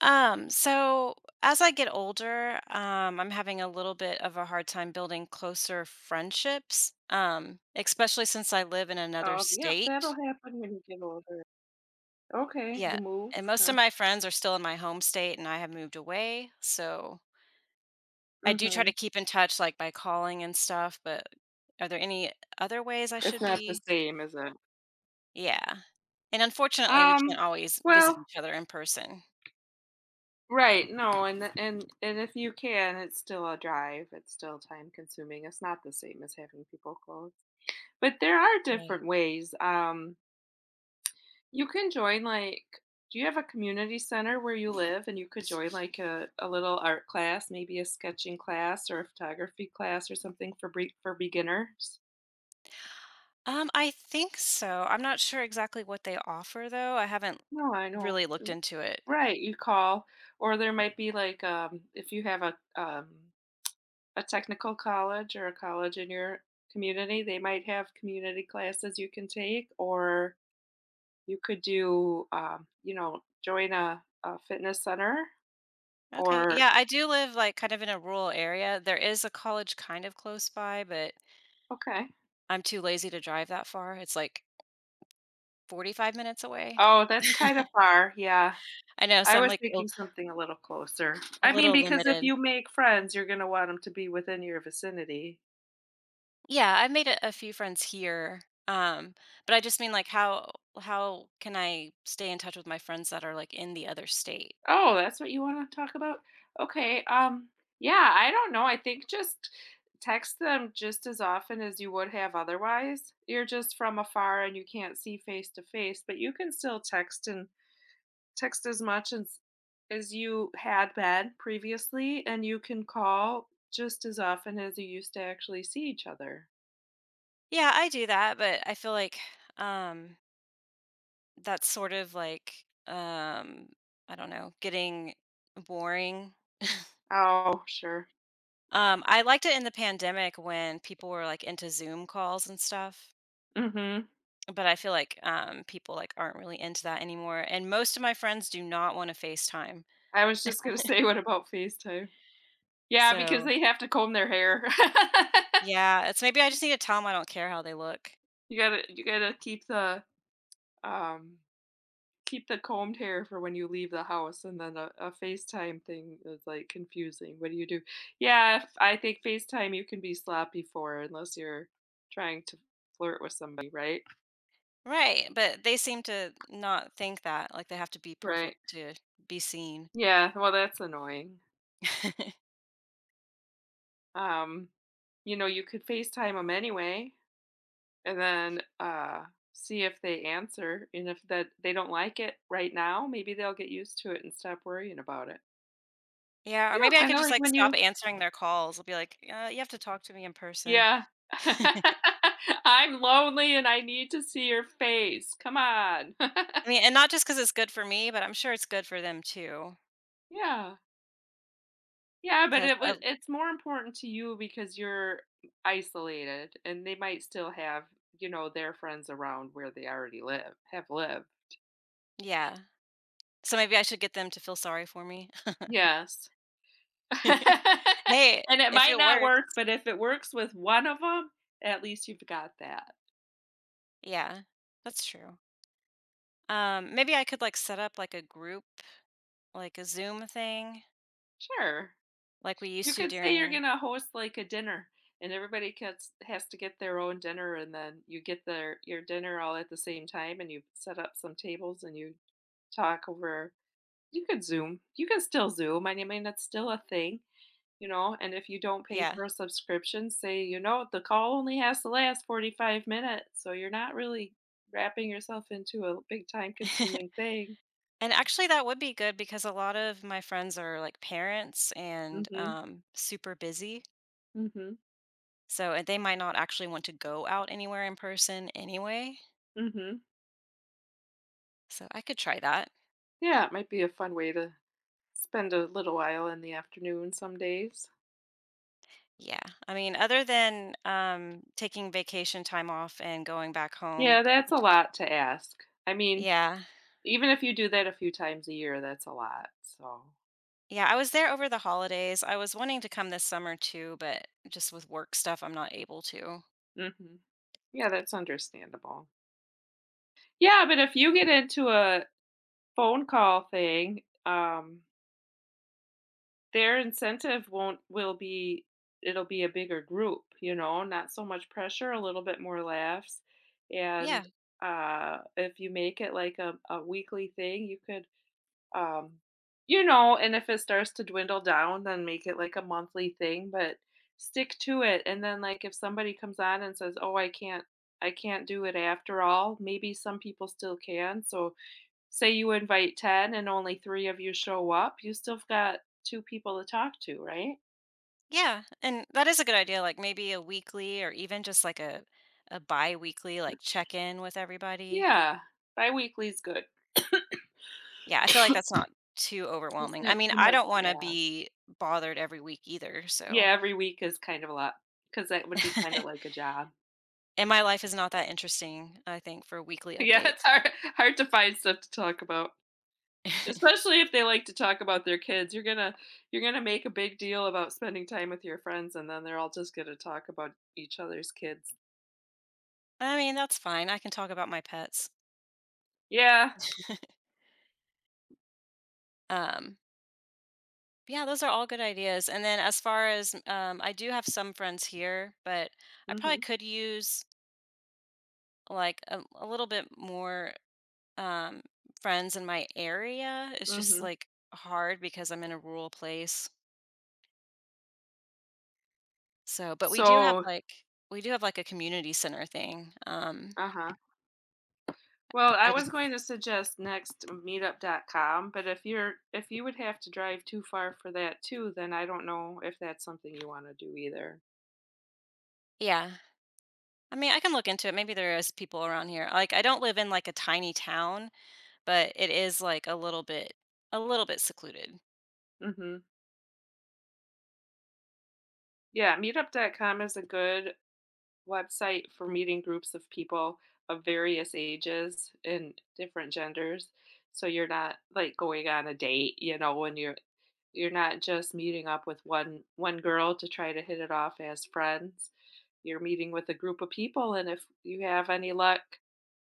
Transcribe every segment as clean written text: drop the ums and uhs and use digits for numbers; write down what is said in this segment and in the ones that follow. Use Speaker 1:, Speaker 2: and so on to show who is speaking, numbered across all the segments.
Speaker 1: So as I get older, I'm having a little bit of a hard time building closer friendships, especially since I live in another
Speaker 2: Oh, yep, that'll
Speaker 1: state.
Speaker 2: happen when you get older. Okay, you
Speaker 1: Yeah. And
Speaker 2: moved,
Speaker 1: most of
Speaker 2: huh?
Speaker 1: my friends are still in my home state and I have moved away. So I do try to
Speaker 2: Mhm.
Speaker 1: keep in touch like by calling and stuff, but are there any other ways I
Speaker 2: It's
Speaker 1: should
Speaker 2: not the
Speaker 1: be?
Speaker 2: same, is it?
Speaker 1: Yeah. And unfortunately, we
Speaker 2: Um,
Speaker 1: can't always visit
Speaker 2: well,
Speaker 1: each other in person.
Speaker 2: right, no, and the and if you can, it's still a drive. It's still time consuming. It's not the same as having people close. But there are different ways. You can join like, do you have a community center where you live and you could join like a little art class, maybe a sketching class or a photography class or something for for beginners?
Speaker 1: I think so. I'm not sure exactly what they offer though. I haven't
Speaker 2: No, I know.
Speaker 1: really looked into it.
Speaker 2: Right, you call, or there might be like if you have a technical college or a college in your community. They might have community classes you can take, or you could do you know, join a fitness center,
Speaker 1: Okay.
Speaker 2: or
Speaker 1: Yeah, I do live like kind of in a rural area. There is a college kind of close by, but
Speaker 2: okay.
Speaker 1: I'm too lazy to drive that far. It's like 45 minutes away.
Speaker 2: Oh, that's kind of far. Yeah.
Speaker 1: I know, so
Speaker 2: I
Speaker 1: I'm
Speaker 2: was
Speaker 1: like a
Speaker 2: thinking something a little closer.
Speaker 1: a
Speaker 2: I mean,
Speaker 1: little
Speaker 2: because if
Speaker 1: limited.
Speaker 2: you make friends, you're going to want them to be within your vicinity.
Speaker 1: Yeah, I have made a few friends here. Um, but I just mean like how can I stay in touch with my friends that are like in the other state?
Speaker 2: Oh, that's what you wanna talk about? Okay, yeah, I don't know, I think just text them just as often as you would have otherwise. You're just from afar and you can't see face to face, but you can still text and text as much as you had been previously, and you can call just as often as you used to actually see each other.
Speaker 1: Yeah, I do that, but I feel like um that's sort of like, um, I don't know, getting boring.
Speaker 2: Oh, sure.
Speaker 1: I liked it in the pandemic when people were like into Zoom calls and stuff,
Speaker 2: Mhm.
Speaker 1: but I feel like people like aren't really into that anymore. And most of my friends do not want to FaceTime.
Speaker 2: I was just gonna say, what about FaceTime? Yeah, because
Speaker 1: So
Speaker 2: they have to comb their hair.
Speaker 1: yeah, it's maybe I just need to tell them I don't care how they look.
Speaker 2: You gotta um keep the combed hair for when you leave the house, and then a FaceTime thing is, like, confusing. What do you do? Yeah, I think FaceTime you can be sloppy for, unless you're trying to flirt with somebody, right?
Speaker 1: Right, but they seem to not think that like they have to be
Speaker 2: Right.
Speaker 1: perfect to be seen.
Speaker 2: Yeah, well, that's annoying. Um, you know, you could FaceTime them anyway, and then, see if they answer, and if that they don't like it right now, maybe they'll get used to it and stop worrying about it.
Speaker 1: Yeah, or
Speaker 2: You know,
Speaker 1: maybe I could
Speaker 2: kinda
Speaker 1: just
Speaker 2: like
Speaker 1: like
Speaker 2: when
Speaker 1: stop
Speaker 2: you.
Speaker 1: answering their calls. I'll be like, you have to talk to me in person.
Speaker 2: Yeah.
Speaker 1: I
Speaker 2: "I'm lonely and I need to see your face. Come on."
Speaker 1: mean, and not just because it's good for me, but I'm sure it's good for them too.
Speaker 2: Yeah. Yeah, but
Speaker 1: Cause,
Speaker 2: it would,
Speaker 1: of
Speaker 2: it's more important to you because you're isolated, and they might still have, you know, their friends around where they already live, have lived.
Speaker 1: Yeah. So maybe I should get them to feel sorry for me.
Speaker 2: Yes.
Speaker 1: Hey,
Speaker 2: And it
Speaker 1: if
Speaker 2: might
Speaker 1: it
Speaker 2: not
Speaker 1: works.
Speaker 2: work, but if it works with one of them, at least you've got that.
Speaker 1: Yeah, that's true. Maybe I could, like, set up, like, a group, like a Zoom thing,
Speaker 2: Sure.
Speaker 1: like we
Speaker 2: You
Speaker 1: used to
Speaker 2: could say you're
Speaker 1: during
Speaker 2: gonna host, like, a dinner, and everybody gets has to get their own dinner, and then you get their your dinner all at the same time, and you set up some tables, and you talk over, you could Zoom. You can still Zoom, and I mean, that's still a thing, you know, and if you don't pay
Speaker 1: Yeah.
Speaker 2: for a subscription, say, you know, "The call only has to last 45 minutes," so you're not really wrapping yourself into a big time consuming thing.
Speaker 1: And actually, that would be good because a lot of my friends are, like, parents and,
Speaker 2: Mhm,
Speaker 1: super busy,
Speaker 2: mhm,
Speaker 1: so and they might not actually want to go out anywhere in person anyway,
Speaker 2: mhm.
Speaker 1: so I could try that.
Speaker 2: Yeah, it might be a fun way to spend a little while in the afternoon some days.
Speaker 1: Yeah. I mean, other than, taking vacation time off and going back home,
Speaker 2: Yeah, that's
Speaker 1: which
Speaker 2: a lot to ask. I mean,
Speaker 1: Yeah.
Speaker 2: even if you do that a few times a year, that's a lot, so.
Speaker 1: Yeah, I was there over the holidays. I was wanting to come this summer too, but just with work stuff, I'm not able to.
Speaker 2: Mhm. Yeah, that's understandable. Yeah, but if you get into a phone call thing, their incentive won't will be, it'll be a bigger group, you know, not so much pressure, a little bit more laughs, and,
Speaker 1: Yeah.
Speaker 2: if you make it like a weekly thing, you could. Um, you know, and if it starts to dwindle down, then make it like a monthly thing, but stick to it. And then like if somebody comes on and says, "Oh, I can't do it after all." Maybe some people still can. So say you invite 10 and only 3 of you show up, you still got 2 people to talk to, right?
Speaker 1: Yeah, and that is a good idea, like, maybe a weekly or even just, like, a biweekly, like, check-in with everybody.
Speaker 2: Yeah. Bi-weekly is good.
Speaker 1: Yeah, I feel like that's not too
Speaker 2: It's
Speaker 1: overwhelming. I
Speaker 2: not
Speaker 1: mean,
Speaker 2: too
Speaker 1: I
Speaker 2: much
Speaker 1: don't
Speaker 2: to
Speaker 1: wanna
Speaker 2: ask.
Speaker 1: be bothered every week either, so
Speaker 2: Yeah, every week is kind of a lot because that would be kind of like a job.
Speaker 1: and my life is not that interesting, I think, for weekly
Speaker 2: Yeah,
Speaker 1: updates.
Speaker 2: it's hard to find stuff to talk about. Especially if they like to talk about their kids, you're gonna make a big deal about spending time with your friends, and then they're all just gonna talk about each other's kids.
Speaker 1: I mean, that's fine. I can talk about my pets.
Speaker 2: Yeah.
Speaker 1: Um, yeah, those are all good ideas. And then as far as I do have some friends here, but I probably
Speaker 2: Mhm.
Speaker 1: could use like a little bit more um, friends in my area. It's just
Speaker 2: Mhm.
Speaker 1: like hard because I'm in a rural place. So, but we do have
Speaker 2: So
Speaker 1: like we do have like a community center thing.
Speaker 2: uh-huh. Well, I
Speaker 1: I just
Speaker 2: was going to suggest next meetup.com, but if you would have to drive too far for that too, then I don't know if that's something you want to do either.
Speaker 1: Yeah. I mean, I can look into it. Maybe there is people around here. Like I don't live in like a tiny town, but it is like a little bit secluded.
Speaker 2: Mhm. Yeah, Meetup.com is a good website for meeting groups of people of various ages and different genders. So you're not like going on a date, you know, when you're not just meeting up with one girl to try to hit it off as friends. You're meeting with a group of people, and if you have any luck,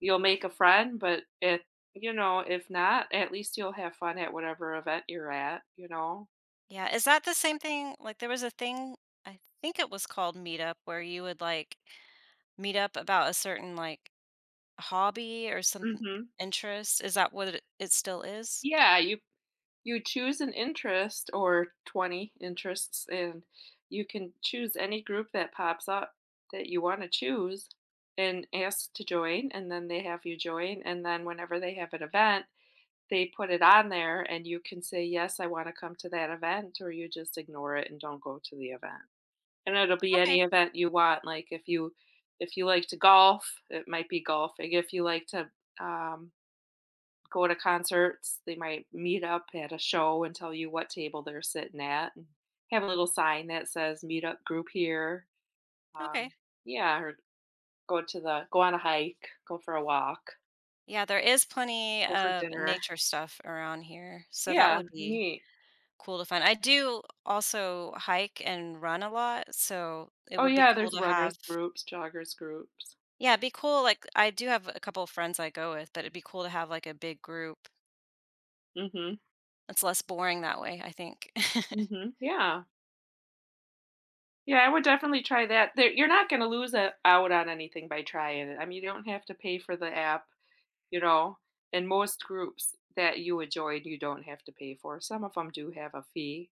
Speaker 2: you'll make a friend, but if, you know, if not, at least you'll have fun at whatever event you're at, you know.
Speaker 1: Yeah, is that the same thing? Like there was a thing I think it was called Meetup where you would like meet up about a certain like hobby or some
Speaker 2: Mhm.
Speaker 1: interest. Is that what it still is?
Speaker 2: Yeah, you You choose an interest or 20 interests, and you can choose any group that pops up that you want to choose and ask to join. And then they have you join. And then whenever they have an event, they put it on there, and you can say, yes, I want to come to that event, or you just ignore it and don't go to the event. And it'll be
Speaker 1: Okay.
Speaker 2: any event you want. Like if you, if you like to golf, it might be golfing. If you like to um, go to concerts, they might meet up at a show and tell you what table they're sitting at, and have a little sign that says meetup group here.
Speaker 1: Okay.
Speaker 2: Um, yeah, or go to the go on a hike, go for a walk,
Speaker 1: Yeah, there is plenty
Speaker 2: go for
Speaker 1: of
Speaker 2: dinner.
Speaker 1: nature stuff around here. So that
Speaker 2: Yeah,
Speaker 1: would be
Speaker 2: neat.
Speaker 1: cool to find. I do also hike and run a lot, so it
Speaker 2: Oh
Speaker 1: would be
Speaker 2: yeah,
Speaker 1: cool
Speaker 2: there's
Speaker 1: to
Speaker 2: runners
Speaker 1: have
Speaker 2: groups, joggers groups.
Speaker 1: Yeah, it'd be cool, like, I do have a couple of friends I go with, but it'd be cool to have, like, a big group.
Speaker 2: Mhm.
Speaker 1: It's less boring that way, I think.
Speaker 2: Mhm. Yeah. Yeah, I would definitely try that. There, you're not going to lose a, out on anything by trying it. I mean, you don't have to pay for the app, you know, and most groups that you would join, you don't have to pay for. Some of them do have a fee.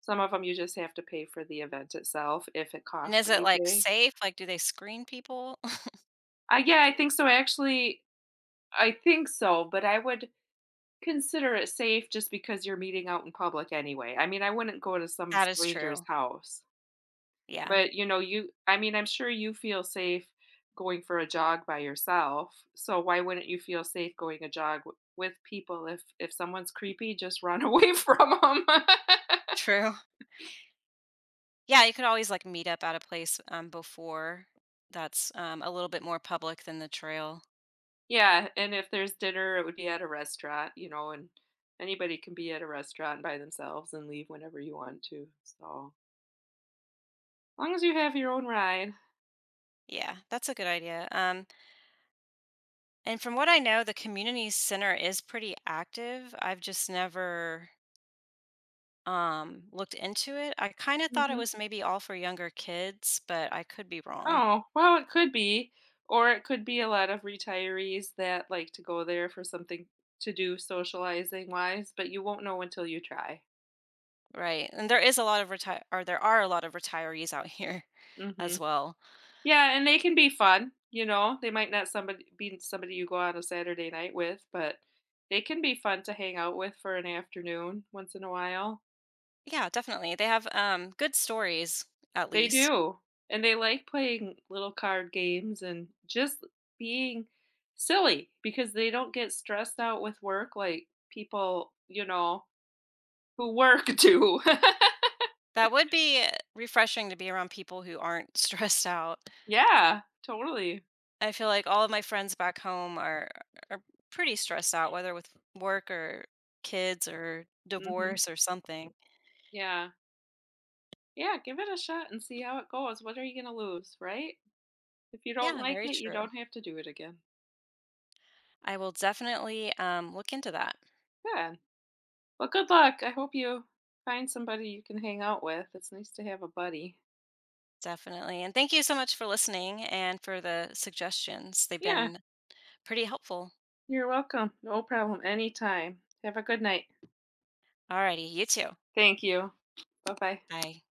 Speaker 2: Some of them you just have to pay for the event itself if it
Speaker 1: And
Speaker 2: costs
Speaker 1: is it, like,
Speaker 2: anything.
Speaker 1: safe? Like, do they screen people?
Speaker 2: Yeah, I think so. Actually, I think so, but I would consider it safe just because you're meeting out in public anyway. I mean, I wouldn't go to some
Speaker 1: That is
Speaker 2: stranger's
Speaker 1: true.
Speaker 2: house.
Speaker 1: Yeah,
Speaker 2: But, you know, you I mean, I'm sure you feel safe going for a jog by yourself. So why wouldn't you feel safe going a jog with people? If someone's creepy, just run away from them.
Speaker 1: true. Yeah, you could always, like, meet up at a place, before that's, a little bit more public than the trail.
Speaker 2: Yeah, and if there's dinner, it would be at a restaurant, you know, and anybody can be at a restaurant by themselves and leave whenever you want to. So, as long as you have your own ride.
Speaker 1: Yeah, that's a good idea, and from what I know, the community center is pretty active. I've just never looked into it. I kind of thought it
Speaker 2: Mhm.
Speaker 1: was maybe all for younger kids, but I could be wrong.
Speaker 2: Oh, well, it could be. Or it could be a lot of retirees that like to go there for something to do socializing wise, but you won't know until you try.
Speaker 1: Right. And there is a lot of retire or there are a lot of retirees out here
Speaker 2: Hmm.
Speaker 1: as well.
Speaker 2: Yeah, and they can be fun, you know. They might not somebody be somebody you go on a Saturday night with, but they can be fun to hang out with for an afternoon once in a while.
Speaker 1: Yeah, definitely. They have good stories at
Speaker 2: They
Speaker 1: least.
Speaker 2: do, and they like playing little card games and just being silly because they don't get stressed out with work like people, you know, who work do.
Speaker 1: That would be refreshing to be around people who aren't stressed out.
Speaker 2: Yeah, totally.
Speaker 1: I feel like all of my friends back home are pretty stressed out, whether with work or kids or
Speaker 2: Mhm.
Speaker 1: divorce or something.
Speaker 2: Yeah. Yeah, give it a shot and see how it goes. What are you gonna lose, right? If you don't
Speaker 1: Yeah,
Speaker 2: like
Speaker 1: very
Speaker 2: it, you
Speaker 1: true.
Speaker 2: don't have to do it again.
Speaker 1: I will definitely look into that.
Speaker 2: Good. Well, good luck. I hope you find somebody you can hang out with. It's nice to have a buddy.
Speaker 1: Definitely. And thank you so much for listening and for the suggestions. They've
Speaker 2: Yeah.
Speaker 1: been pretty helpful.
Speaker 2: You're welcome. No problem. Anytime. Have a good night.
Speaker 1: Alrighty, you too.
Speaker 2: Thank you. Bye bye.
Speaker 1: Bye.